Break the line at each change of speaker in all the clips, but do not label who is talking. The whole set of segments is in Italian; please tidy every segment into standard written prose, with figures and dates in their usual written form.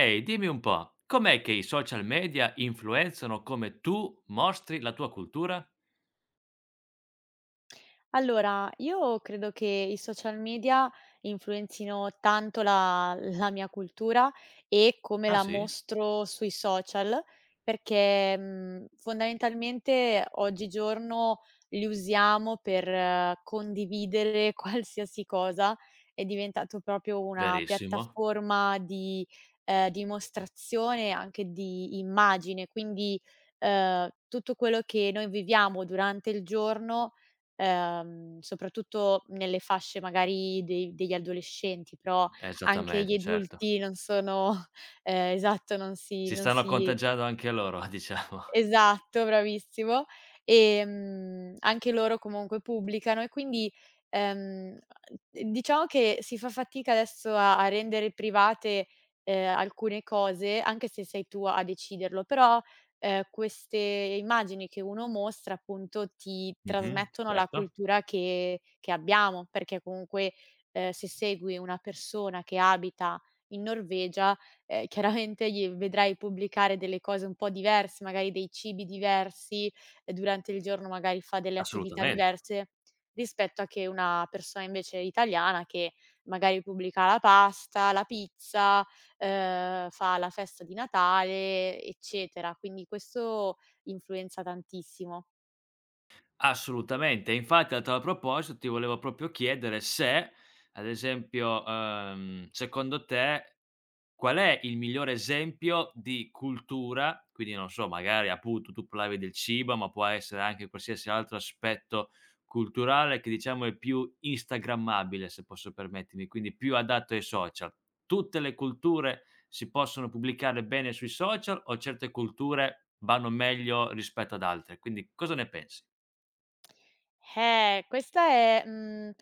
Ehi, dimmi un po', com'è che i social media influenzano come tu mostri la tua cultura?
Allora, io credo che i social media influenzino tanto la mia cultura e come
Ah
la
sì?
mostro sui social, perché, fondamentalmente oggigiorno li usiamo per condividere qualsiasi cosa. È diventato proprio una
Verissimo,
piattaforma di, dimostrazione anche di immagine, quindi, tutto quello che noi viviamo durante il giorno, soprattutto nelle fasce magari dei degli adolescenti, però anche gli
esattamente, certo.
adulti non sono, esatto, non si
Si
non
stanno
si
contagiando anche loro, diciamo.
Esatto, bravissimo. Anche loro comunque pubblicano e quindi, ehm, diciamo che si fa fatica adesso a a rendere private, alcune cose, anche se sei tu a deciderlo. Però, queste immagini che uno mostra appunto ti
Mh-mh,
trasmettono la
certo,
cultura che abbiamo, perché comunque, se segui una persona che abita in Norvegia, chiaramente gli vedrai pubblicare delle cose un po' diverse, magari dei cibi diversi, e durante il giorno magari fa delle attività
assolutamente.
diverse, rispetto a che una persona invece italiana che magari pubblica la pasta, la pizza, fa la festa di Natale, eccetera. Quindi questo influenza tantissimo.
Assolutamente, infatti a tal proposito ti volevo proprio chiedere se, ad esempio, secondo te qual è il migliore esempio di cultura, quindi non so, magari appunto tu parlavi del cibo, ma può essere anche qualsiasi altro aspetto culturale che diciamo è più instagrammabile, se posso permettermi, quindi più adatto ai social. Tutte le culture si possono pubblicare bene sui social o certe culture vanno meglio rispetto ad altre? Quindi cosa ne pensi?
Questa è mhmm,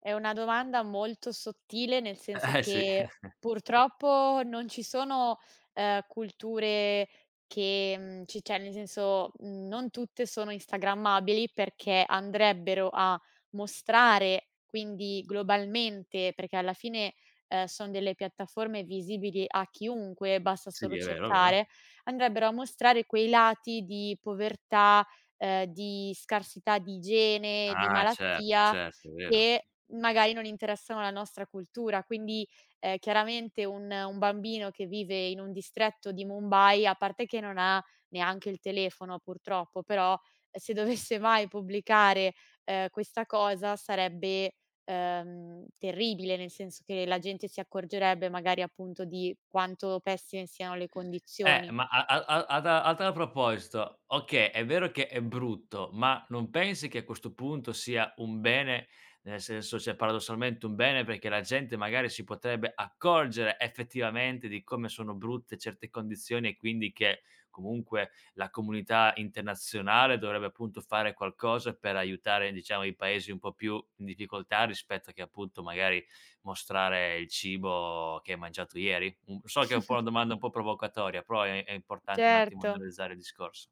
è una domanda molto sottile, nel senso
Eh sì,
che purtroppo non ci sono, culture che mhmm, ci cioè nel senso, non tutte sono instagrammabili, perché andrebbero a mostrare, quindi globalmente, perché alla fine, son delle piattaforme visibili a chiunque, basta
sì,
solo
è vero, è vero.
cercare, andrebbero a mostrare quei lati di povertà, di scarsità di igiene, di
Ah, certo,
malattia,
certo, è vero.
che magari non interessano la nostra cultura. Quindi, chiaramente un bambino che vive in un distretto di Mumbai, a parte che non ha neanche il telefono purtroppo, però se dovesse mai pubblicare, questa cosa sarebbe, terribile, nel senso che la gente si accorgerebbe magari appunto di quanto pessime siano le condizioni.
Ma a a a a ta a tal proposito, okay, è vero che è brutto, ma non pensi che a questo punto sia un bene, nel senso, cioè paradossalmente un bene, perché la gente magari si potrebbe accorgere effettivamente di come sono brutte certe condizioni e quindi che comunque la comunità internazionale dovrebbe appunto fare qualcosa per aiutare, diciamo, i paesi un po' più in difficoltà rispetto che appunto magari mostrare il cibo che hai mangiato ieri? Mhmm, so che è un po' una domanda un po' provocatoria, però è importante un attimo
Certo.
analizzare il discorso.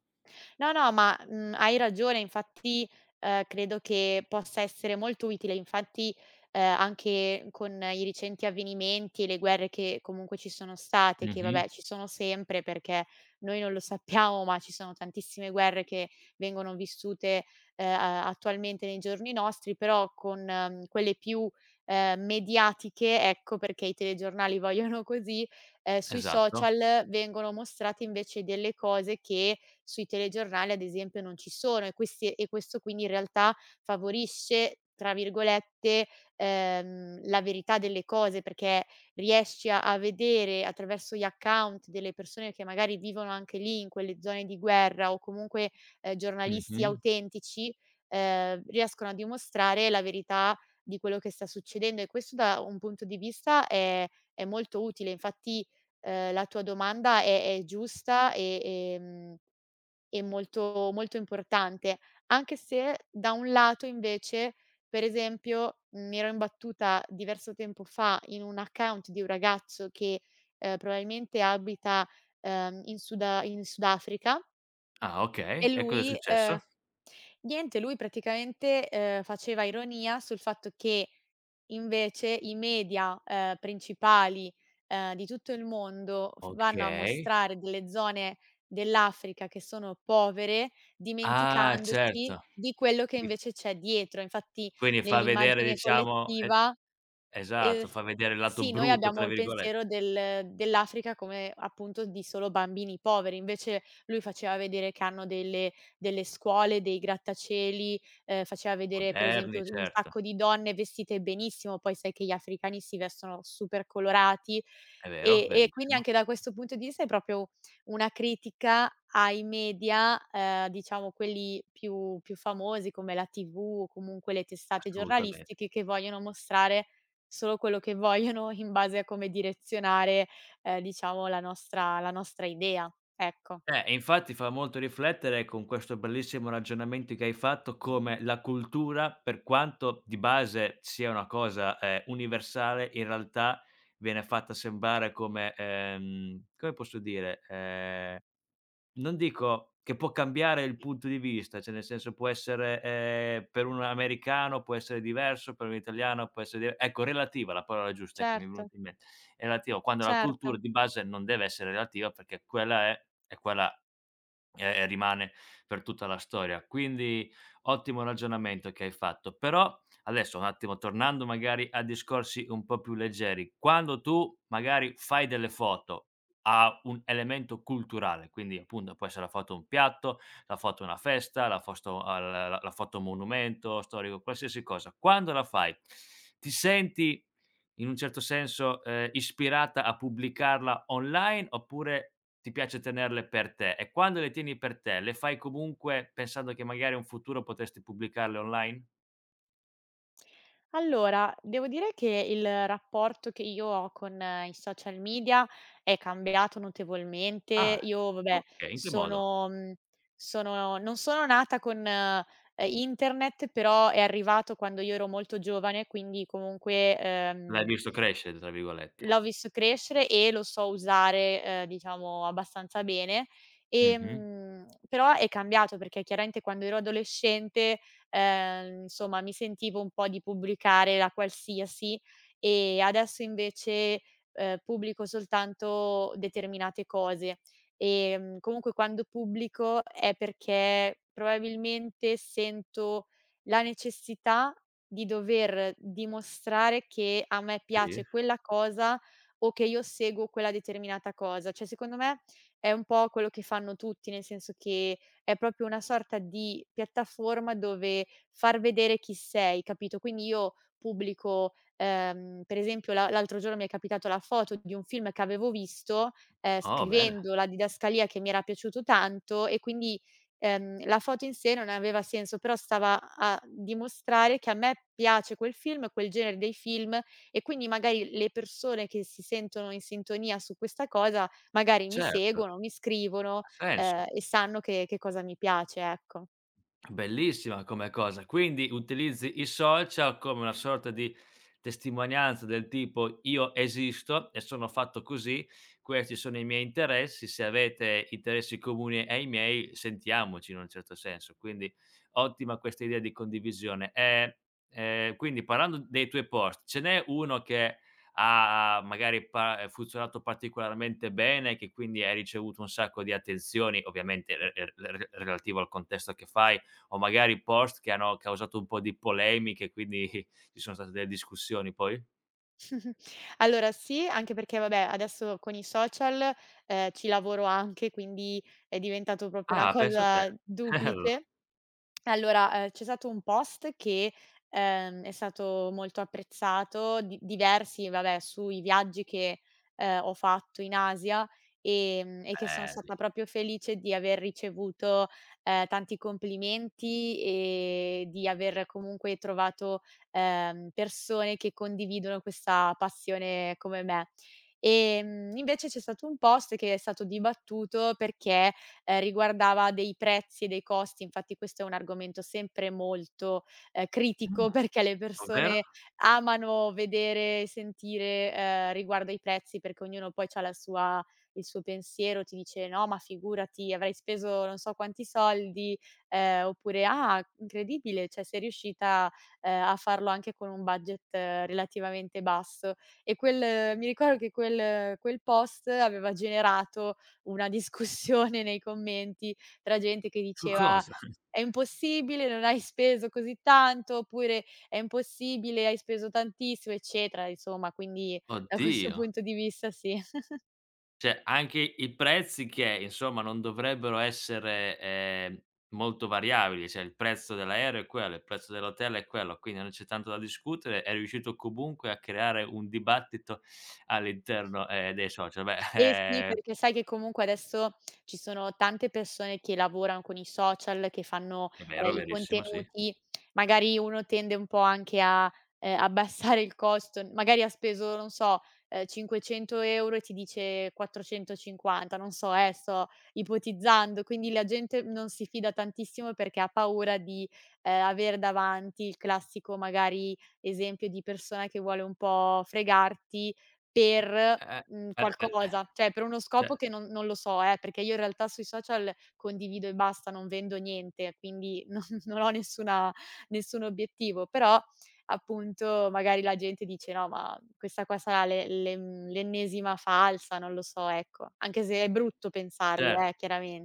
No, no, ma, hai ragione. Infatti, credo che possa essere molto utile. Infatti, anche con i recenti avvenimenti e le guerre che comunque ci sono state, che
Mh-mh.
vabbè ci sono sempre, perché noi non lo sappiamo, ma ci sono tantissime guerre che vengono vissute, a attualmente nei giorni nostri, però con quelle più, mediatiche, ecco, perché i telegiornali vogliono così. Sui
Esatto.
social vengono mostrate invece delle cose che sui telegiornali ad esempio non ci sono, e questi e questo quindi in realtà favorisce, tra virgolette, la verità delle cose, perché riesci a vedere attraverso gli account delle persone che magari vivono anche lì in quelle zone di guerra o comunque, giornalisti
Mh-mh.
autentici, riescono a dimostrare la verità di quello che sta succedendo, e questo da un punto di vista è molto utile. Infatti, la tua domanda è giusta e molto molto importante. Anche se da un lato invece, per esempio, mi ero imbattuta diverso tempo fa in un account di un ragazzo che, probabilmente abita, in Sudafrica.
Ah,
E
okay. E cosa è
lui,
successo?
niente, lui praticamente, faceva ironia sul fatto che invece i media, principali, di tutto il mondo f vanno a
Okay.
mostrare delle zone dell'Africa che sono povere,
Ah,
dimenticandosi
certo.
di quello che
Di
invece c'è dietro. Infatti,
Quindi fa vedere,
nell'immagine
diciamo, e,
collettiva, Ehm,
esatto, fa vedere il lato
sì, noi
"brutto"
abbiamo
tra
il pensiero
virgolette.
dell'Africa come appunto di solo bambini poveri, invece lui faceva vedere che hanno delle scuole, dei grattacieli, faceva vedere per esempio
Moderni,
un
certo.
sacco di donne vestite benissimo, poi sai che gli africani si vestono super colorati,
È vero,
e quindi
verissimo.
anche da questo punto di vista è proprio una critica ai media, diciamo quelli più famosi come la TV o comunque le testate
assolutame
giornalistiche che vogliono mostrare solo quello che vogliono in base a come direzionare, diciamo la nostra idea. Ecco.
Eh, e infatti fa molto riflettere con questo bellissimo ragionamento che hai fatto, come la cultura, per quanto di base sia una cosa, universale, in realtà viene fatta sembrare come come posso dire, non dico che può cambiare il punto di vista, cioè nel senso può essere, per un americano può essere diverso, per un italiano può essere dive ecco, relativa la parola giusta, ecco, mi è
Certo,
venuta in mente. È relativo, quando la cultura
certo.
di base non deve essere relativa perché quella è e rimane per tutta la storia. Quindi ottimo ragionamento che hai fatto. Però adesso un attimo tornando magari a discorsi un po' più leggeri, quando tu magari fai delle foto ha un elemento culturale, quindi appunto può essere la foto a un piatto, la foto a una festa, la fosto a la la la foto a un monumento storico, qualsiasi cosa. Quando la fai, ti senti in un certo senso, ispirata a pubblicarla online oppure ti piace tenerle per te? E quando le tieni per te, le fai comunque pensando che magari in futuro potresti pubblicarle online?
Allora, devo dire che il rapporto che io ho con i social media è cambiato
Ah,
notevolmente. Io, vabbè,
okay, in che modo?
sono, mhmm, sono non sono nata con, internet, però è arrivato quando io ero molto giovane, quindi comunque,
L'hai visto "crescere" tra virgolette.
l'ho visto crescere e lo so usare, diciamo abbastanza bene.
Mh-mh.
Però è cambiato perché chiaramente quando ero adolescente, insomma mi sentivo un po' di pubblicare la qualsiasi, e adesso invece, pubblico soltanto determinate cose. Comunque quando pubblico è perché probabilmente sento la necessità di dover dimostrare che a me
Sì.
piace quella cosa o che io seguo quella determinata cosa. Cioè, secondo me è un po' quello che fanno tutti, nel senso che è proprio una sorta di piattaforma dove far vedere chi sei, capito? Quindi io pubblico, per esempio la l'altro giorno mi è capitato la foto di un film che avevo visto,
Oh, bene.
scrivendo la didascalia che mi era piaciuto tanto, e quindi, la foto in sé non aveva senso, però stava a dimostrare che a me piace quel film, quel genere dei film, e quindi magari le persone che si sentono in sintonia su questa cosa magari mi
Certo.
seguono, mi scrivono,
Ha senso.
e sanno che cosa mi piace, ecco.
Bellissima come cosa. Quindi utilizzi i social come una sorta di testimonianza del tipo: "Io esisto e sono fatto così, questi sono i miei interessi, se avete interessi comuni ai miei sentiamoci" in un certo senso. Quindi ottima questa idea di condivisione. Quindi, parlando dei tuoi post, ce n'è uno che ha magari pa funzionato particolarmente bene, che quindi hai ricevuto un sacco di attenzioni, ovviamente re re re relativo al contesto che fai, o magari post che hanno causato un po' di polemiche, quindi ci sono state delle discussioni poi?
Allora sì, anche perché vabbè adesso con i social, ci lavoro anche, quindi è diventato proprio una
Ah, pensa te.
cosa
Bello,
duplice. Allora, c'è stato un post che, è stato molto apprezzato, di diversi vabbè, sui viaggi che, ho fatto in Asia, e che sono
belli.
stata proprio felice di aver ricevuto, tanti complimenti, e di aver comunque trovato, persone che condividono questa passione come me. Invece c'è stato un post che è stato dibattuto perché riguardava dei prezzi e dei costi. Infatti questo è un argomento sempre molto,
Mh,
critico, perché le
ovvero?
persone amano vedere e sentire, riguardo ai prezzi, perché ognuno poi c'ha la sua il suo pensiero, ti dice: "No, ma figurati, avrei speso non so quanti soldi", oppure: "Ah, incredibile, cioè sei riuscita, a farlo anche con un budget relativamente basso". E quel mi ricordo che quel quel post aveva generato una discussione nei commenti tra gente che
Su
diceva:
cosa?
"È impossibile, non hai speso così tanto", oppure: "È impossibile, hai speso tantissimo", eccetera, insomma. Quindi da questo
Oddio.
punto di vista sì.
Cioè anche i prezzi che, insomma, non dovrebbero essere, molto variabili, cioè il prezzo dell'aereo è quello, il prezzo dell'hotel è quello, quindi non c'è tanto da discutere, è riuscito comunque a creare un dibattito all'interno, dei social. Beh,
Eh sì,
ehm,
perché sai che comunque adesso ci sono tante persone che lavorano con i social, che fanno,
è vero,
i
verissimo, sì.
contenuti, magari uno tende un po' anche a, abbassare il costo, magari ha speso, non so, 500 € e ti dice 450, non so, sto ipotizzando. Quindi la gente non si fida tantissimo perché ha paura di, aver davanti il classico, magari, esempio di persona che vuole un po' fregarti per
Eh, eh.
Qualcosa, cioè per uno
Ce
scopo che non lo so, perché io in realtà sui social condivido e basta, non vendo niente, quindi non ho nessun obiettivo, però appunto magari la gente dice: "No, ma questa qua sarà l'ennesima falsa", non lo so, ecco. Anche se è brutto pensarlo,
Certo.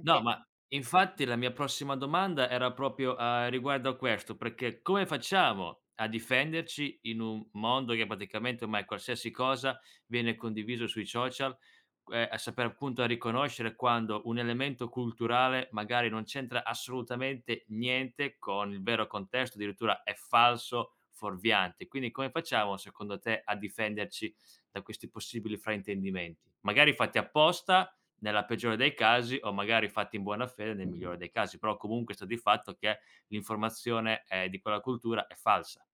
No, ma infatti la mia prossima domanda era proprio a riguardo a questo, perché come facciamo a difenderci in un mondo che praticamente ormai qualsiasi cosa viene condiviso sui social, a saper appunto a riconoscere quando un elemento culturale magari non c'entra assolutamente niente con il vero contesto, addirittura è falso, fuorviante. Quindi come facciamo secondo te a difenderci da questi possibili fraintendimenti? Magari fatti apposta nella peggiore dei casi o magari fatti in buona fede nel migliore dei casi, però comunque sta di fatto che l'informazione, di quella cultura è falsa.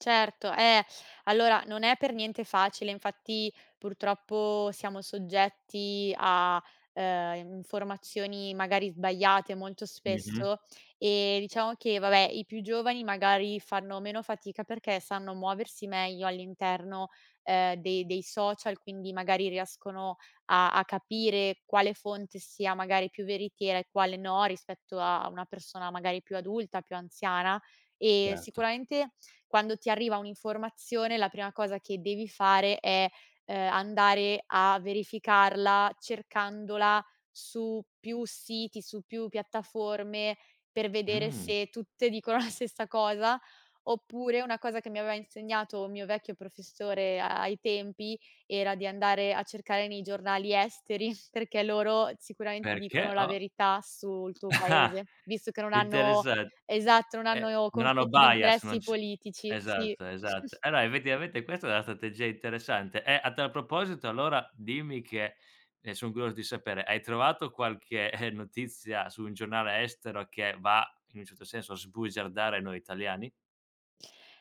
Certo, allora non è per niente facile, infatti purtroppo siamo soggetti a, informazioni magari sbagliate molto
Mh-mh,
spesso, e diciamo che vabbè, i più giovani magari fanno meno fatica perché sanno muoversi meglio all'interno, dei social, quindi magari riescono a capire quale fonte sia magari più veritiera e quale no rispetto a una persona magari più adulta, più anziana. E
certo.
sicuramente quando ti arriva un'informazione, la prima cosa che devi fare è, andare a verificarla cercandola su più siti, su più piattaforme, per vedere
Mh.
se tutte dicono la stessa cosa, oppure una cosa che mi aveva insegnato un mio vecchio professore a ai tempi, era di andare a cercare nei giornali esteri, perché loro sicuramente
perché
dicono la
oh
verità sul tuo
ah,
paese, visto che non hanno.
interessan
Esatto, non hanno
Non hanno
conflitti di
bias. Non
interessi
c
politici, sì.
Esatto, esatto. Allora effettivamente questa è una strategia interessante. A tal proposito allora dimmi che, son curioso di sapere, hai trovato qualche, notizia su un giornale estero che va in un certo senso a sbugiardare noi italiani?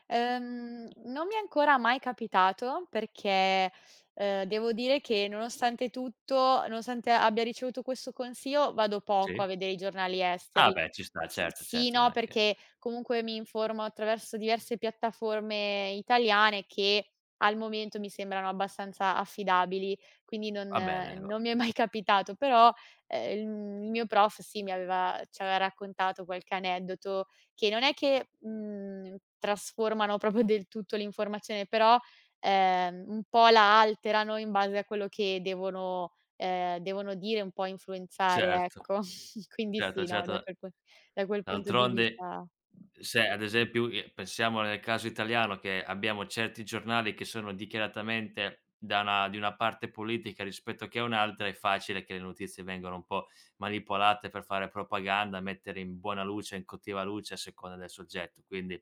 Non mi è ancora mai capitato perché, devo dire che nonostante tutto, nonostante abbia ricevuto questo consiglio, vado poco a
Sì.
vedere i giornali
Ah,
esteri.
beh, ci sta,
S
certo,
sì,
certo, non
no,
è che
perché comunque mi informo attraverso diverse piattaforme italiane che al momento mi sembrano abbastanza affidabili, quindi non
va bene
eh,
allora
non mi è
sì.
mai capitato. Però, il mio prof sì, mi aveva ci aveva raccontato qualche aneddoto che non è che, trasformano proprio del tutto l'informazione, però, un po' la alterano in base a quello che devono dire, un po' influenzare,
Certo,
ecco. Quindi
certo,
sì, no, da
certo.
quel pun da quel punto di
D'altronde,
vista
se ad esempio, pensiamo nel caso italiano che abbiamo certi giornali che sono dichiaratamente da una di una parte politica rispetto che a un'altra, è facile che le notizie vengano un po' manipolate per fare propaganda, mettere in buona luce, in cattiva luce a seconda del soggetto. Quindi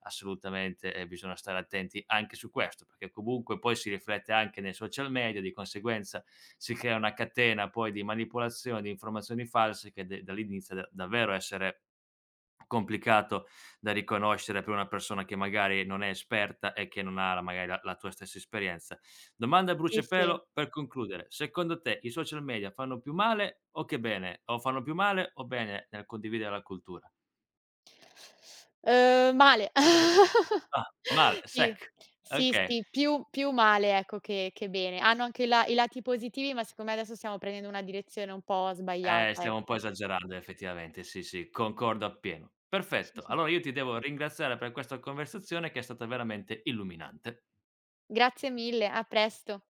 assolutamente, bisogna stare attenti anche su questo, perché comunque poi si riflette anche nei social media, di conseguenza si crea una catena poi di manipolazione, di informazioni false che de da lì inizia da davvero a essere complicato da riconoscere per una persona che magari non è esperta e che non ha la magari la tua stessa esperienza. Domanda a
sì, sì.
bruciapelo per concludere: secondo te i social media fanno più male o che bene? O fanno più male o bene nel condividere la cultura?
Male.
Ah, male,
Sì,
sec.
sì,
Okay.
sì, più male ecco che bene. Hanno anche la i lati positivi, ma secondo me adesso stiamo prendendo una direzione un po' sbagliata,
Stiamo un po'
ecco.
esagerando effettivamente, sì, sì, concordo appieno. Perfetto, allora io ti devo ringraziare per questa conversazione che è stata veramente illuminante.
Grazie mille, a presto.